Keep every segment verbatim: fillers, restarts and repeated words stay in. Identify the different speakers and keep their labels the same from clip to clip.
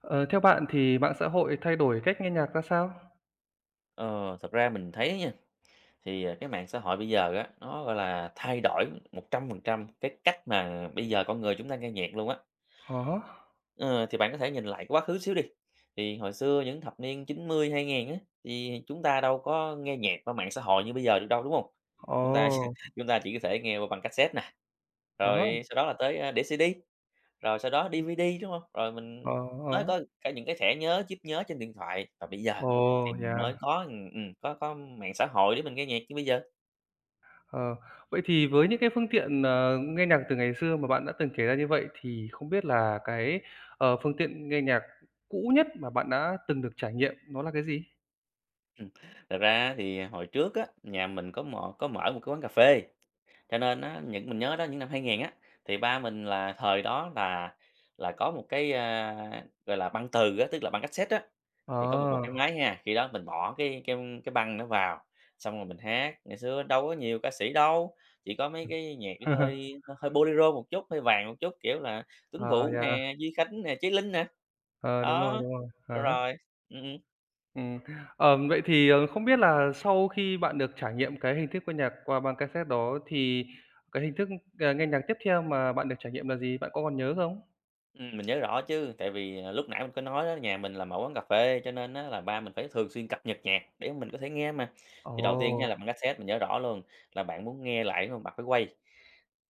Speaker 1: Ờ, theo bạn thì mạng xã hội thay đổi cách nghe nhạc ra sao?
Speaker 2: Ờ, Thật ra mình thấy nha, thì, à, cái mạng xã hội bây giờ á, nó, gọi là, thay đổi một trăm phần trăm cái cách mà bây giờ con người chúng ta nghe nhạc luôn á.
Speaker 1: À há,
Speaker 2: Ờ, thì bạn có thể nhìn lại quá khứ xíu đi, thì hồi xưa những thập niên chín mươi hai nghìn á, thì chúng ta đâu có nghe nhạc qua mạng xã hội như bây giờ được đâu, đúng không?
Speaker 1: ồ,
Speaker 2: Chúng ta chúng ta chỉ có thể nghe qua băng cassette nè,
Speaker 1: à há,
Speaker 2: rồi sau đó là tới, a, đĩa xi đi. Rồi sau đó đi vi đi, đúng không? Rồi mình
Speaker 1: ờ, hớ, ờ,
Speaker 2: nó
Speaker 1: hớ.
Speaker 2: có cả những cái thẻ nhớ, chip nhớ trên điện thoại, và bây giờ
Speaker 1: Ồ,
Speaker 2: thì mình
Speaker 1: yeah,
Speaker 2: mới có, ừm, ừm, có có mạng xã hội để mình nghe nhạc như bây giờ.
Speaker 1: ờ. Vậy thì với những cái phương tiện, ờ, nghe nhạc từ ngày xưa mà bạn đã từng kể ra như vậy thì không biết là cái, ờ, phương tiện nghe nhạc cũ nhất mà bạn đã từng được trải nghiệm nó là cái gì?
Speaker 2: Ừm, Thật ra thì hồi trước á, nhà mình có mò có mở một cái quán cà phê. Cho nên á, những mình nhớ đó những năm hai nghìn á, thì ba mình là thời đó là là có một cái, a, gọi là, băng từ á, tức là băng cassette á, thì có một một
Speaker 1: Ờ,
Speaker 2: cái máy nha, khi đó mình bỏ cái cái cái băng nó vào, xong rồi mình hát. Ngày xưa đâu có nhiều ca sĩ đâu, chỉ có mấy cái nhạc hơi hơi bolero một chút, hơi vàng một chút, kiểu là Tuấn
Speaker 1: ờ,
Speaker 2: Vũ
Speaker 1: yeah,
Speaker 2: nè, Duy Khánh nè, Chí Linh nè.
Speaker 1: ờ, đúng rồi,
Speaker 2: Đó,
Speaker 1: đúng rồi,
Speaker 2: đúng
Speaker 1: à há.
Speaker 2: rồi, ừm, ừm.
Speaker 1: Ừm, ờm, vậy thì, ờ, không biết là sau khi bạn được trải nghiệm cái hình thức nghe nhạc qua băng cassette đó thì cái hình thức, ờ, nghe nhạc tiếp theo mà bạn được trải nghiệm là gì? Bạn có còn nhớ không?
Speaker 2: Ừm, mình nhớ rõ chứ, tại vì, à, lúc nãy mình có nói đó, nhà mình là mở quán cà phê cho nên á là ba mình phải thường xuyên cập nhật nhạc để mình có thể nghe mà. Thì đầu tiên nha là bằng
Speaker 1: Ồ!
Speaker 2: cassette, mình nhớ rõ luôn là bạn muốn nghe lại, mà bạn phải quay,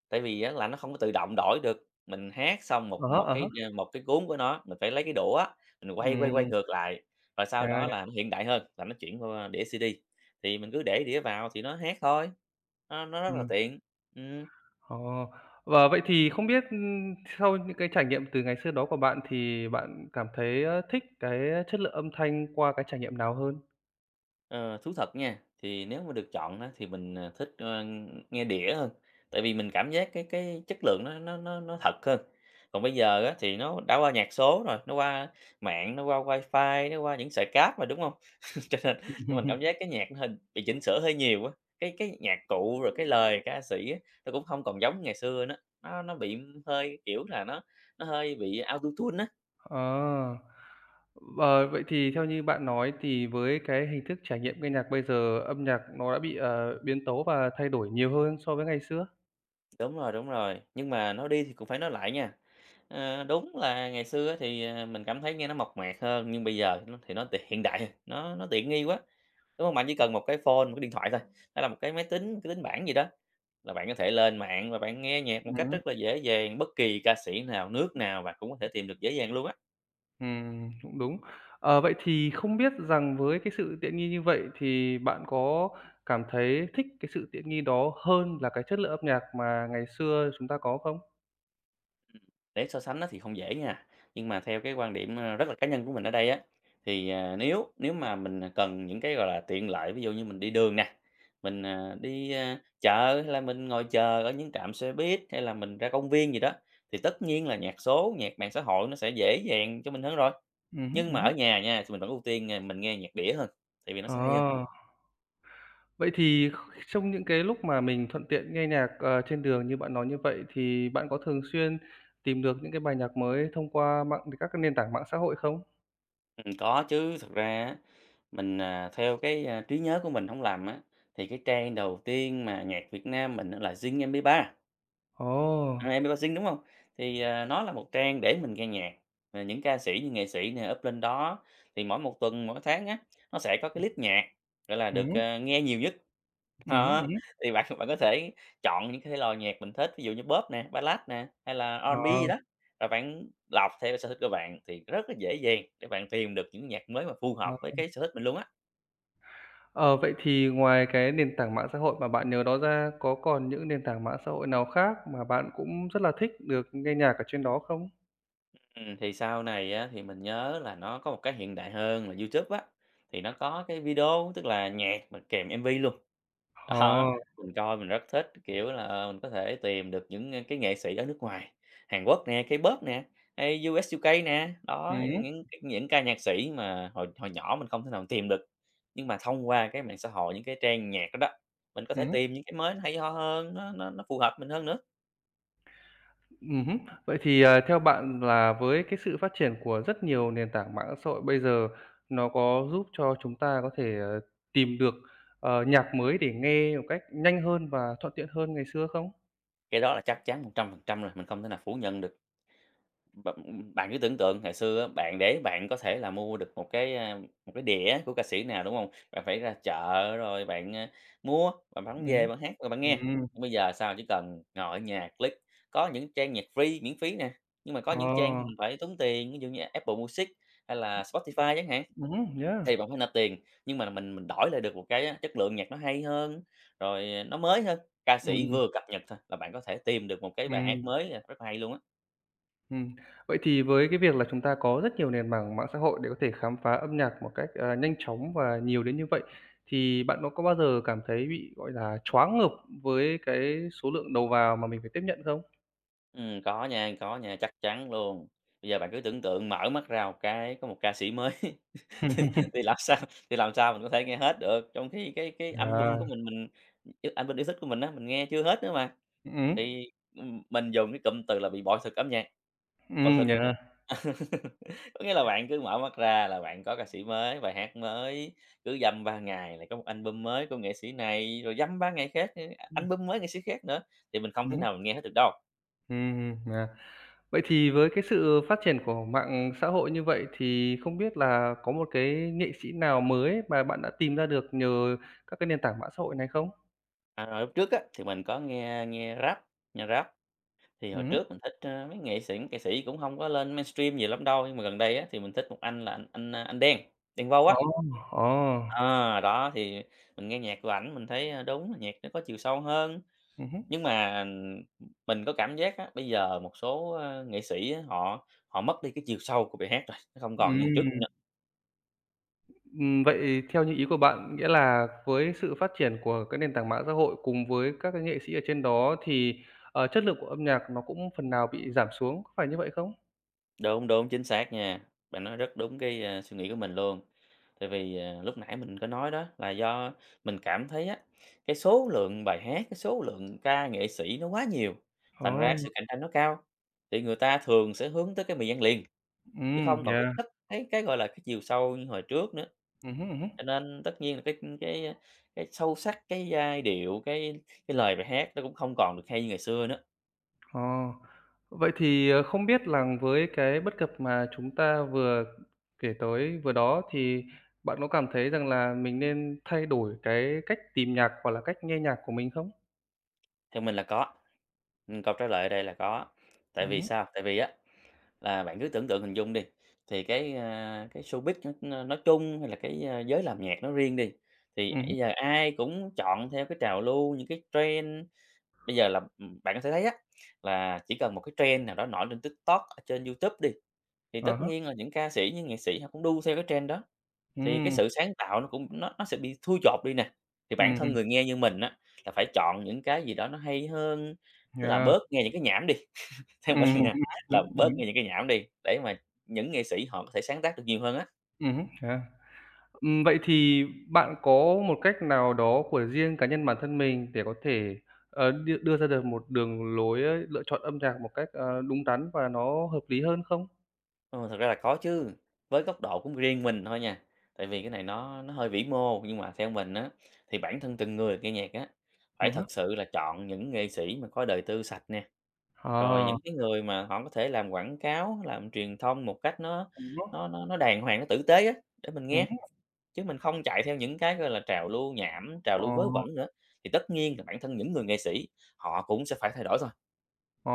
Speaker 2: tại vì á là nó không có tự động đổi được, mình hát xong
Speaker 1: À
Speaker 2: một
Speaker 1: há,
Speaker 2: một
Speaker 1: à
Speaker 2: cái,
Speaker 1: há.
Speaker 2: ờ, một cái cuốn của nó, mình phải lấy cái đũa, mình quay, quay, quay
Speaker 1: Ừm,
Speaker 2: ngược lại, và sau
Speaker 1: à,
Speaker 2: đó là nó hiện đại hơn là nó chuyển qua đĩa xê đê, thì mình cứ để đĩa vào thì nó hát thôi, nó nó rất là
Speaker 1: ừm,
Speaker 2: tiện. Ừm.
Speaker 1: ồ. Và vậy thì không biết, ưm, sau những cái trải nghiệm từ ngày xưa đó của bạn thì bạn cảm thấy, ơ, thích cái chất lượng âm thanh qua cái trải nghiệm nào hơn?
Speaker 2: Ờ, thú thật nha, thì nếu mà được chọn á, thì mình, à, thích, ơ, nghe đĩa hơn, tại vì mình cảm giác cái cái chất lượng nó nó nó nó thật hơn. Còn bây giờ á, thì nó đã qua nhạc số rồi, nó qua mạng, nó qua wifi, nó qua những sợi cáp rồi, đúng không? Cho nên cho mình cảm giác cái nhạc nó hơi bị chỉnh sửa hơi nhiều á, cái cái nhạc cụ rồi cái lời ca sĩ á, nó cũng không còn giống ngày xưa nữa, nó nó bị hơi, kiểu là, nó nó hơi bị Auto-Tune á.
Speaker 1: Ờ. Ờ, vậy thì theo như bạn nói thì với cái hình thức trải nghiệm nghe nhạc bây giờ, âm nhạc nó đã bị, ờ, biến tấu và thay đổi nhiều hơn so với ngày xưa.
Speaker 2: Đúng rồi, đúng rồi, nhưng mà nói đi thì cũng phải nói lại nha. Ờ, đúng là ngày xưa á thì, à, mình cảm thấy nghe nó mộc mạc hơn, nhưng bây giờ nó thì nó tiện hiện đại, nó nó tiện nghi quá, đúng hông? Bạn chỉ cần một cái phone, một cái điện thoại thôi, hay là một cái máy tính, cái tính bảng gì đó là bạn có thể lên mạng và bạn nghe nhạc một cách
Speaker 1: Ừm.
Speaker 2: rất là dễ dàng, bất kỳ ca sĩ nào, nước nào bạn cũng có thể tìm được dễ dàng luôn á.
Speaker 1: Ừm, cũng đúng. Ờ, vậy thì không biết rằng với cái sự tiện nghi như vậy thì bạn có cảm thấy thích cái sự tiện nghi đó hơn là cái chất lượng âm nhạc mà ngày xưa chúng ta có không?
Speaker 2: Để so sánh á thì không dễ nha, nhưng mà theo cái quan điểm, ơ, rất là cá nhân của mình ở đây á, thì, à, nếu nếu mà mình, à, cần những cái, gọi là, tiện lợi, ví dụ như mình đi đường nè, mình, à, đi, a, chợ hay là mình ngồi chờ ở những trạm xe buýt, hay là mình ra công viên gì đó, thì tất nhiên là nhạc số, nhạc mạng xã hội nó sẽ dễ dàng cho mình hơn rồi.
Speaker 1: Ừm
Speaker 2: Nhưng mà ở
Speaker 1: hứm,
Speaker 2: nhà nha, thì mình vẫn ưu tiên, à, mình nghe nhạc đĩa hơn, tại vì nó
Speaker 1: ờ.
Speaker 2: sẽ hay hơn.
Speaker 1: Vậy thì kh trong những cái lúc mà mình thuận tiện nghe nhạc, ờ, trên đường như bạn nói như vậy, thì bạn có thường xuyên tìm được những cái bài nhạc mới thông qua mạng các cái nền tảng mạng xã hội không?
Speaker 2: Ừm, có chứ, thật ra á, mình, à, theo cái, a, trí nhớ của mình không lầm á, thì cái trang đầu tiên mà nhạc Việt Nam mình á là Zing mp Ba
Speaker 1: Ồ!
Speaker 2: à, em pi ba Zing, đúng không? Thì, à, nó là một trang để mình nghe nhạc, và những ca sĩ như nghệ sĩ nè up lên đó, thì mỗi một tuần, mỗi tháng á, nó sẽ có cái list nhạc, gọi là,
Speaker 1: Ừm
Speaker 2: được,
Speaker 1: hứm,
Speaker 2: à, nghe nhiều nhất.
Speaker 1: ừm,
Speaker 2: Đó, thì bạn bạn có thể chọn những cái thể loại nhạc mình thích, ví dụ như Pop nè, Ballad nè, hay là
Speaker 1: ờ,
Speaker 2: rờ và bê gì đó, rồi bạn lọc theo sở thích của bạn thì rất là dễ dàng để bạn tìm được những nhạc mới mà phù
Speaker 1: ờ.
Speaker 2: hợp với cái sở thích mình luôn á.
Speaker 1: Ờ, vậy thì ngoài cái nền tảng mạng xã hội mà bạn nhớ đó ra, có còn những nền tảng mạng xã hội nào khác mà bạn cũng rất là thích được nghe nhạc ở trên đó không?
Speaker 2: Ừm, thì sau này á, thì mình nhớ là nó có một cái hiện đại hơn là YouTube á, thì nó có cái video, tức là nhạc mà kèm em vê luôn. Đó,
Speaker 1: Ờ,
Speaker 2: mình coi mình rất thích, kiểu là, ờ, mình có thể tìm được những, ơ, cái nghệ sĩ ở nước ngoài, Hàn Quốc nè, K-pop nè, hay u ét, u ca nè, đó,
Speaker 1: ừm
Speaker 2: những
Speaker 1: hứm,
Speaker 2: những những ca nhạc sĩ mà hồi hồi nhỏ mình không thể nào tìm được. Nhưng mà thông qua cái mạng xã hội, những cái trang nhạc đó đó, mình có thể tìm những cái mới nó hay ho hơn, nó nó nó phù hợp mình hơn nữa,
Speaker 1: ừm hứm. Vậy thì, à, theo bạn là với cái sự phát triển của rất nhiều nền tảng mạng xã hội bây giờ, nó có giúp cho chúng ta có thể, ờ, tìm được, ờ, nhạc mới để nghe một cách nhanh hơn và thuận tiện hơn ngày xưa không?
Speaker 2: cái đó là chắc chắn một trăm phần trăm rồi, mình không thể nào phủ nhận được. Bạn bạn cứ tưởng tượng ngày xưa á, bạn để bạn có thể là mua được một cái, a, một cái đĩa của ca sĩ nào, đúng không? Bạn phải ra chợ rồi bạn, a, mua, bạn bán về
Speaker 1: Ừm,
Speaker 2: bạn hát rồi bạn nghe.
Speaker 1: ừm,
Speaker 2: Còn bây giờ sao, chỉ cần ngồi ở nhà click, có những trang nhạc free, miễn phí nè, nhưng mà có
Speaker 1: ờ,
Speaker 2: những trang mình phải tốn tiền, ví dụ như Apple Music hay là Spotify chẳng hạn,
Speaker 1: ừm, yeah,
Speaker 2: thì bạn phải nạp tiền, nhưng mà mình mình đổi lại được một cái chất lượng nhạc nó hay hơn, rồi nó mới hơn. Ca sĩ
Speaker 1: ừm,
Speaker 2: vừa cập nhật thôi là bạn có thể tìm được một cái bài hát
Speaker 1: ừm.
Speaker 2: mới, à, rất là hay luôn á.
Speaker 1: Ừm, vậy thì với cái việc là chúng ta có rất nhiều nền mảng mạng xã hội để có thể khám phá âm nhạc một cách, ờ, nhanh chóng và nhiều đến như vậy, thì bạn có có bao giờ cảm thấy bị, gọi là, choáng ngợp với cái số lượng đầu vào mà mình phải tiếp nhận không?
Speaker 2: Ừm, có nha, có nha, chắc chắn luôn. Bây giờ bạn cứ tưởng tượng mở mắt ra một cái có một ca sĩ mới thì làm sao thì làm sao mình có thể nghe hết được, trong khi cái cái album
Speaker 1: À,
Speaker 2: của mình mình yêu album yêu thích của mình á, mình nghe chưa hết nữa mà,
Speaker 1: ừm hứm,
Speaker 2: thì, mình dùng cái cụm từ là bị bội thực âm nhạc, bội thực.
Speaker 1: yeah,
Speaker 2: Có nghĩa là bạn cứ mở mắt ra là bạn có ca sĩ mới, bài hát mới, cứ dăm ba ngày lại có một album mới của nghệ sĩ này, rồi dăm ba ngày khác,
Speaker 1: ừm,
Speaker 2: album mới nghệ sĩ khác nữa, thì mình không
Speaker 1: ừm
Speaker 2: thể
Speaker 1: hứm,
Speaker 2: nào mình nghe hết được đâu.
Speaker 1: yeah. Vậy thì với cái sự phát triển của mạng xã hội như vậy thì không biết là có một cái nghệ sĩ nào mới mà bạn đã tìm ra được nhờ các cái nền tảng mạng xã hội này không?
Speaker 2: À, hồi lúc trước á, thì mình có nghe nghe rap, nghe rap. Thì hồi
Speaker 1: Ừm hứm,
Speaker 2: trước mình thích, ơ, mấy nghệ sĩ ca sĩ cũng không có lên mainstream nhiều lắm đâu, nhưng mà gần đây á, thì mình thích một anh là anh anh, a, anh Đen, Đen Vâu
Speaker 1: ồ,
Speaker 2: á.
Speaker 1: ồ,
Speaker 2: Ờ, đó, thì mình nghe nhạc của ảnh mình thấy, a, đúng là nhạc nó có chiều sâu hơn. Nhưng mà, mình có cảm giác á, bây giờ một số, ơ, nghệ sĩ á, họ họ mất đi cái chiều sâu của bài hát rồi, nó không còn như hồi trước
Speaker 1: Ừm.
Speaker 2: nữa.
Speaker 1: Ừm, vậy theo như ý của bạn, nghĩa là với sự phát triển của cái nền tảng mạng xã hội cùng với các cái nghệ sĩ ở trên đó thì, ờ, chất lượng của âm nhạc nó cũng phần nào bị giảm xuống, có phải như vậy không?
Speaker 2: Đúng, đúng, chính xác nha. Bạn nói rất đúng cái, a, suy nghĩ của mình luôn. Tại vì, à, lúc nãy mình có nói đó là do mình cảm thấy á, cái số lượng bài hát, cái số lượng ca nghệ sĩ nó quá nhiều, thành
Speaker 1: Ồ,
Speaker 2: ra sự cạnh tranh nó cao, thì người ta thường sẽ hướng tới cái mì ăn liền, chứ không
Speaker 1: ừm,
Speaker 2: còn cái
Speaker 1: yeah,
Speaker 2: chất cái cái, gọi là, cái chiều sâu như hồi trước nữa.
Speaker 1: ừm, ừm hứm.
Speaker 2: Cho nên tất nhiên là cái cái, à, cái sâu sắc, cái giai điệu, cái cái lời bài hát nó cũng không còn được hay như ngày xưa nữa,
Speaker 1: Ờ, vậy thì, ờ, không biết là với cái bất cập mà chúng ta vừa kể tới vừa đó thì bạn có cảm thấy rằng là mình nên thay đổi cái cách tìm nhạc hoặc là cách nghe nhạc của mình không?
Speaker 2: theo mình là có. Ừm, câu trả lời ở đây là có. Tại vì
Speaker 1: Ừm,
Speaker 2: sao? Tại vì á là bạn cứ tưởng tượng hình dung đi, thì cái, a, cái showbiz nó nó nói chung hay là cái, a, giới làm nhạc nó riêng đi, thì
Speaker 1: ừm hứm,
Speaker 2: bây giờ ai cũng chọn theo cái trào lưu, những cái trend. Bây giờ là, ừm, bạn có thể thấy á, là chỉ cần một cái trend nào đó nổi trên TikTok, ở trên YouTube đi, thì tất
Speaker 1: à,
Speaker 2: nhiên là những ca sĩ, những nghệ sĩ họ cũng đu theo cái trend đó, thì cái
Speaker 1: ừm,
Speaker 2: sự sáng tạo nó cũng nó nó sẽ bị thui chột đi nè. Thì bản
Speaker 1: ừm,
Speaker 2: thân
Speaker 1: ừm,
Speaker 2: người nghe như mình á, là phải chọn những cái gì đó nó hay hơn, tức là
Speaker 1: yeah.
Speaker 2: bớt nghe những cái nhảm đi.
Speaker 1: Ừm
Speaker 2: Theo mình
Speaker 1: hứm,
Speaker 2: nha,
Speaker 1: ừm
Speaker 2: là
Speaker 1: hứm, ừm
Speaker 2: bớt
Speaker 1: hứm,
Speaker 2: nghe những cái nhảm đi, để mà những nghệ sĩ họ có thể sáng tác được nhiều hơn á.
Speaker 1: à. Ừm, vậy thì bạn có một cách nào đó của riêng cá nhân bản thân mình để có thể, ờ, đưa đưa ra được một đường lối lựa chọn âm nhạc một cách, ờ, đúng đắn và nó hợp lý hơn không?
Speaker 2: Ờ, thật ra là có chứ, với góc độ của riêng mình thôi nha, tại vì cái này nó nó hơi vĩ mô, nhưng mà theo mình á, thì bản thân từng người nghe nhạc á, phải
Speaker 1: Ừm hứm,
Speaker 2: thật sự là chọn những nghệ sĩ mà có đời tư sạch nè, rồi
Speaker 1: à,
Speaker 2: những cái người mà họ có thể làm quảng cáo, làm truyền thông một cách nó
Speaker 1: ừm
Speaker 2: nó
Speaker 1: hứm,
Speaker 2: nó nó đàng hoàng, nó tử tế á, để mình
Speaker 1: ừm
Speaker 2: nghe.
Speaker 1: hứm,
Speaker 2: Chứ mình không chạy theo những cái, gọi là, trào lưu nhảm, trào
Speaker 1: ờ,
Speaker 2: lưu vớ vẩn nữa, thì tất nhiên là bản thân những người nghệ sĩ họ cũng sẽ phải thay đổi thôi.
Speaker 1: ờ.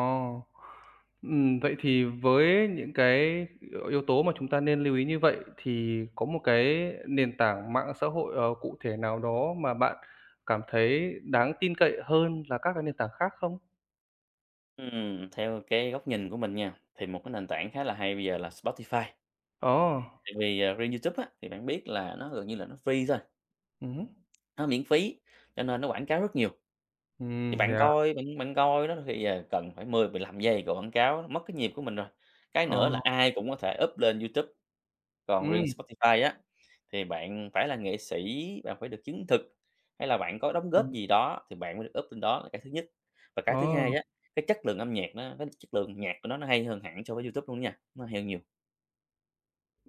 Speaker 1: Ừm, vậy thì với những cái yếu tố mà chúng ta nên lưu ý như vậy thì có một cái nền tảng mạng xã hội, ờ, cụ thể nào đó mà bạn cảm thấy đáng tin cậy hơn là các cái nền tảng khác không?
Speaker 2: Ừm, theo cái góc nhìn của mình nha, thì một cái nền tảng khá là hay bây giờ là Spotify.
Speaker 1: Ồ,
Speaker 2: Tại vì, ờ, riêng YouTube á, thì bạn biết là nó gần như là nó free thôi,
Speaker 1: ừm hứm.
Speaker 2: nó miễn phí, cho nên nó quảng cáo rất nhiều. Thì
Speaker 1: Ừm,
Speaker 2: bạn
Speaker 1: yeah.
Speaker 2: coi bạn bạn coi đó thì, ờ, cần phải mười, mười lăm giây của quảng cáo, mất cái nhịp của mình rồi. Cái nữa
Speaker 1: Ồ,
Speaker 2: là ai cũng có thể up lên YouTube. Còn riêng
Speaker 1: ừm,
Speaker 2: Spotify á, thì bạn phải là nghệ sĩ, bạn phải được chứng thực, hay là bạn có đóng góp
Speaker 1: ừm,
Speaker 2: gì đó thì bạn mới được up lên, đó là cái thứ nhất. Và cái thứ hai á,
Speaker 1: ồ,
Speaker 2: cái chất lượng âm nhạc nó cái chất lượng nhạc của nó nó hay hơn hẳn so với YouTube luôn nha, nó hay hơn nhiều.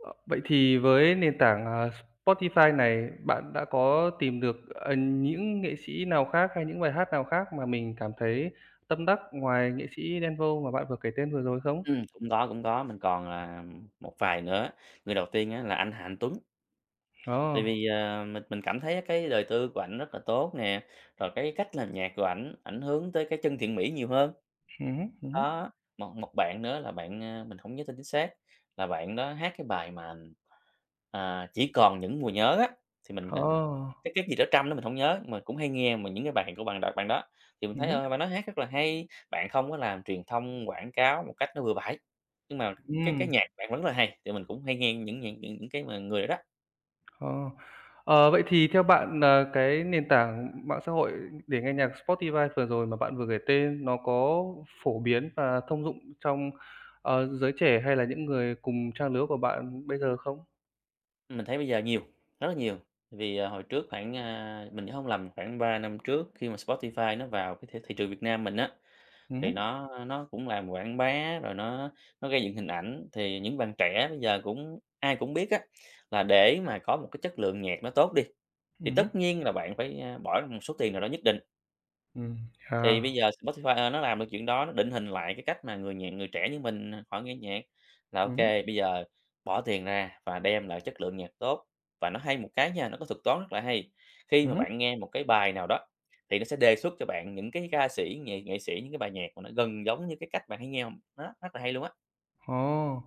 Speaker 1: ờ, vậy thì với nền tảng, à, Spotify này, bạn đã có tìm được, ờ, những nghệ sĩ nào khác hay những bài hát nào khác mà mình cảm thấy tâm đắc ngoài nghệ sĩ Đen Vâu mà bạn vừa kể tên vừa rồi không?
Speaker 2: Ừm, cũng có, cũng có, mình còn, là một vài nữa. Người đầu tiên á là anh Hà Anh Tuấn, tại
Speaker 1: Ồ,
Speaker 2: vì, ờ, mình mình cảm thấy cái đời tư của ảnh rất là tốt nè, rồi cái cách làm nhạc của ảnh, ảnh hướng tới cái chân thiện mỹ nhiều hơn.
Speaker 1: ừm hứm, ừm hứm.
Speaker 2: Đó, một một bạn nữa là bạn, a mình hổng nhớ tên chính xác, là bạn đó hát cái bài mà, à, "Chỉ còn những mùa nhớ" á, thì mình, ờ
Speaker 1: Ồ,
Speaker 2: cái cái gì đó Trăm đó mình hổng nhớ, mà cũng hay nghe mà những cái bài của bạn đ bạn đó. Thì mình
Speaker 1: ừm
Speaker 2: thấy,
Speaker 1: hứm,
Speaker 2: ờ, bạn đó hát rất là hay, bạn không có làm truyền thông quảng cáo một cách nó bừa bãi, nhưng mà cái cái
Speaker 1: ừm.
Speaker 2: nhạc bạn vẫn rất là hay, thì mình cũng hay nghe những những những những cái mà người đó đó.
Speaker 1: Ờ. Ờ, vậy thì theo bạn là cái nền tảng mạng xã hội để nghe nhạc Spotify vừa rồi mà bạn vừa kể tên nó có phổ biến và thông dụng trong, ờ, giới trẻ hay là những người cùng trang lứa của bạn bây giờ không?
Speaker 2: Mình thấy bây giờ nhiều, rất là nhiều. Vì, à, hồi trước khoảng, a mình nhớ hông lầm khoảng ba năm trước khi mà Spotify nó vào cái thị thị trường Việt Nam mình á,
Speaker 1: Ừm
Speaker 2: thì
Speaker 1: hứm,
Speaker 2: nó nó cũng làm quảng bá rồi nó nó gây dựng hình ảnh, thì những bạn trẻ bây giờ cũng ai cũng biết á, là để mà có một cái chất lượng nhạc nó tốt đi, thì
Speaker 1: ừm,
Speaker 2: tất nhiên là bạn phải, a, bỏ ra một số tiền nào đó nhất định. Thì bây
Speaker 1: à,
Speaker 2: giờ Spotify, ờ, nó làm được chuyện đó, nó định hình lại cái cách mà người nhạc người trẻ như mình, à, họ nghe nhạc là ok,
Speaker 1: ừm hứm,
Speaker 2: bây giờ bỏ tiền ra và đem lại chất lượng nhạc tốt. Và nó hay một cái nha, nó có thuật toán rất là hay, khi mà bạn nghe một cái bài nào đó thì nó sẽ đề xuất cho bạn những cái ca sĩ, nghệ nghệ sĩ, những cái bài nhạc mà nó gần giống như cái cách bạn hay nghe, hông? Đó, rất là hay luôn á.
Speaker 1: ồ.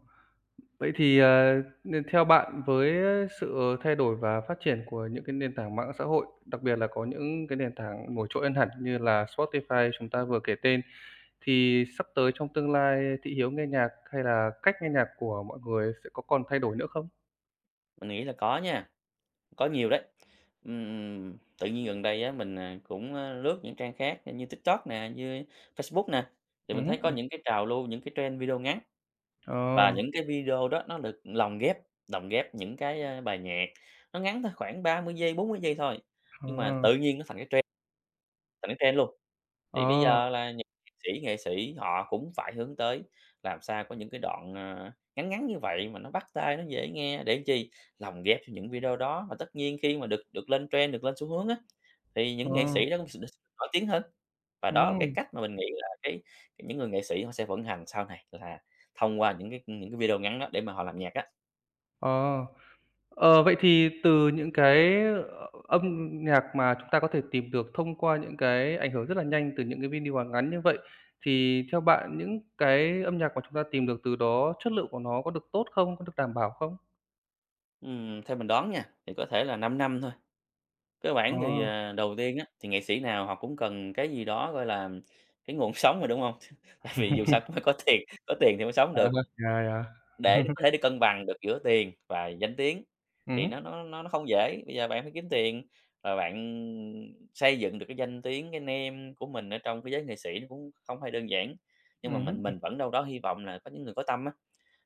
Speaker 1: Vậy thì, ờ, n theo bạn với sự thay đổi và phát triển của những cái nền tảng mạng xã hội, đặc biệt là có những cái nền tảng nổi trội hơn hẳn như là Spotify chúng ta vừa kể tên, thì sắp tới trong tương lai thị hiếu nghe nhạc hay là cách nghe nhạc của mọi người sẽ có còn thay đổi nữa không?
Speaker 2: Mình nghĩ là có nha, có nhiều đấy. Ừm, tự nhiên gần đây á, mình, à, cũng, a, lướt những trang khác như TikTok nè, như Facebook nè, thì mình thấy có
Speaker 1: Ừm,
Speaker 2: những cái trào lưu, những cái trend video ngắn.
Speaker 1: ờ,
Speaker 2: Và những cái video đó nó được lồng ghép lồng ghép những cái, a, bài nhạc, nó ngắn thôi, khoảng ba mươi giây, bốn mươi giây thôi,
Speaker 1: ờ,
Speaker 2: nhưng mà tự nhiên nó thành cái trend, thành cái trend luôn. Thì bây
Speaker 1: ờ,
Speaker 2: giờ là những nghệ sĩ nghệ sĩ họ cũng phải hướng tới làm sao có những cái đoạn, à, ngắn ngắn như vậy mà nó bắt tai, nó dễ nghe để chi? Lồng ghép vô những video đó, và tất nhiên khi mà được được lên trend, được lên xu hướng á, thì
Speaker 1: ờ,
Speaker 2: những nghệ sĩ đó cũng sẽ được nổi tiếng hơn. Và đó là cái
Speaker 1: ừm,
Speaker 2: cách mà mình nghĩ là cái cái những người nghệ sĩ họ sẽ vận hành sau này, là thông qua những cái những cái video ngắn đó để mà họ làm nhạc á.
Speaker 1: ờ. Ờ, vậy thì từ những cái, ờ, âm nhạc mà chúng ta có thể tìm được thông qua những cái ảnh hưởng rất là nhanh từ những cái video Hàn ngắn như vậy, thì theo bạn những cái âm nhạc mà chúng ta tìm được từ đó, chất lượng của nó có được tốt không? Có được đảm bảo không?
Speaker 2: Ừm, theo mình đoán nha, thì có thể là 5 năm thôi. Cơ bản
Speaker 1: Ờ,
Speaker 2: thì, à, đầu tiên á, thì nghệ sĩ nào họ cũng cần cái gì đó, gọi là, cái nguồn sống rồi, đúng không? Tại vì dù sao cũng phải có tiền, có tiền thì mới sống
Speaker 1: à,
Speaker 2: được,
Speaker 1: yeah,
Speaker 2: để
Speaker 1: yeah.
Speaker 2: có thể đi cân bằng được giữa tiền và danh tiếng thì
Speaker 1: Ừm,
Speaker 2: nó nó nó nó không dễ. Bây giờ bạn phải kiếm tiền và bạn xây dựng được cái danh tiếng, cái name của mình ở trong cái giới nghệ sĩ, nó cũng không hề đơn giản. Nhưng mà
Speaker 1: ừm,
Speaker 2: mình mình vẫn đâu đó hy vọng là có những người có tâm á,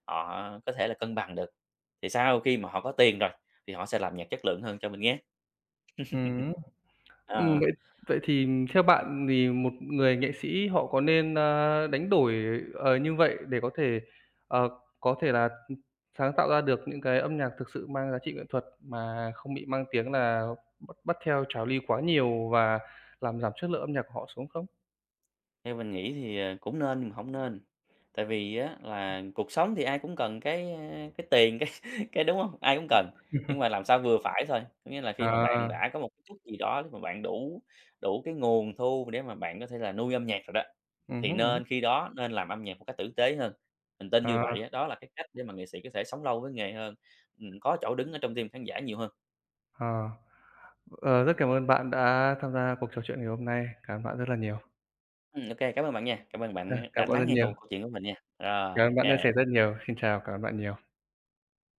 Speaker 2: họ có thể là cân bằng được, thì sau khi mà họ có tiền rồi thì họ sẽ làm nhạc chất lượng hơn cho mình nghe.
Speaker 1: ừm. Ừm,
Speaker 2: Ờ.
Speaker 1: vậy vậy thì theo bạn thì một người nghệ sĩ họ có nên, a, đánh đổi, ờ, như vậy để có thể, ờ, có thể là, ừm, sáng tạo ra được những cái âm nhạc thực sự mang giá trị nghệ thuật mà không bị mang tiếng là bắt bắt theo trào lưu quá nhiều và làm giảm chất lượng âm nhạc của họ xuống không?
Speaker 2: Theo mình nghĩ thì, ờ, cũng nên nhưng mà không nên, tại vì á là cuộc sống thì ai cũng cần cái, a, cái tiền, cái cái, đúng không? Ai cũng cần, nhưng mà làm sao vừa phải thôi. Có nghĩa là khi mà bạn
Speaker 1: À,
Speaker 2: đã có một cái chút gì đó mà bạn đủ đủ cái nguồn thu để mà bạn có thể là nuôi âm nhạc rồi đó,
Speaker 1: ừm
Speaker 2: thì
Speaker 1: hứm, ừm hứm,
Speaker 2: nên, khi đó nên làm âm nhạc một cách tử tế hơn. Mình tin như
Speaker 1: à,
Speaker 2: vậy á, đó là cái cách để mà nghệ sĩ có thể sống lâu với nghề hơn, ừm, có chỗ đứng ở trong tim khán giả nhiều hơn.
Speaker 1: à. Ờ, rất cảm ơn bạn đã tham gia cuộc trò chuyện ngày hôm nay. Cảm ơn bạn rất là nhiều.
Speaker 2: Ừm, ô, cảm ơn bạn nha, cảm ơn
Speaker 1: À,
Speaker 2: bạn đã
Speaker 1: cảm ơn
Speaker 2: lắng
Speaker 1: rất
Speaker 2: nghe
Speaker 1: nhiều,
Speaker 2: câu câu chuyện của mình nha. Rồi,
Speaker 1: cảm ơn bạn đã chia
Speaker 2: ok
Speaker 1: sẻ rất nhiều. Xin chào, cảm ơn bạn nhiều.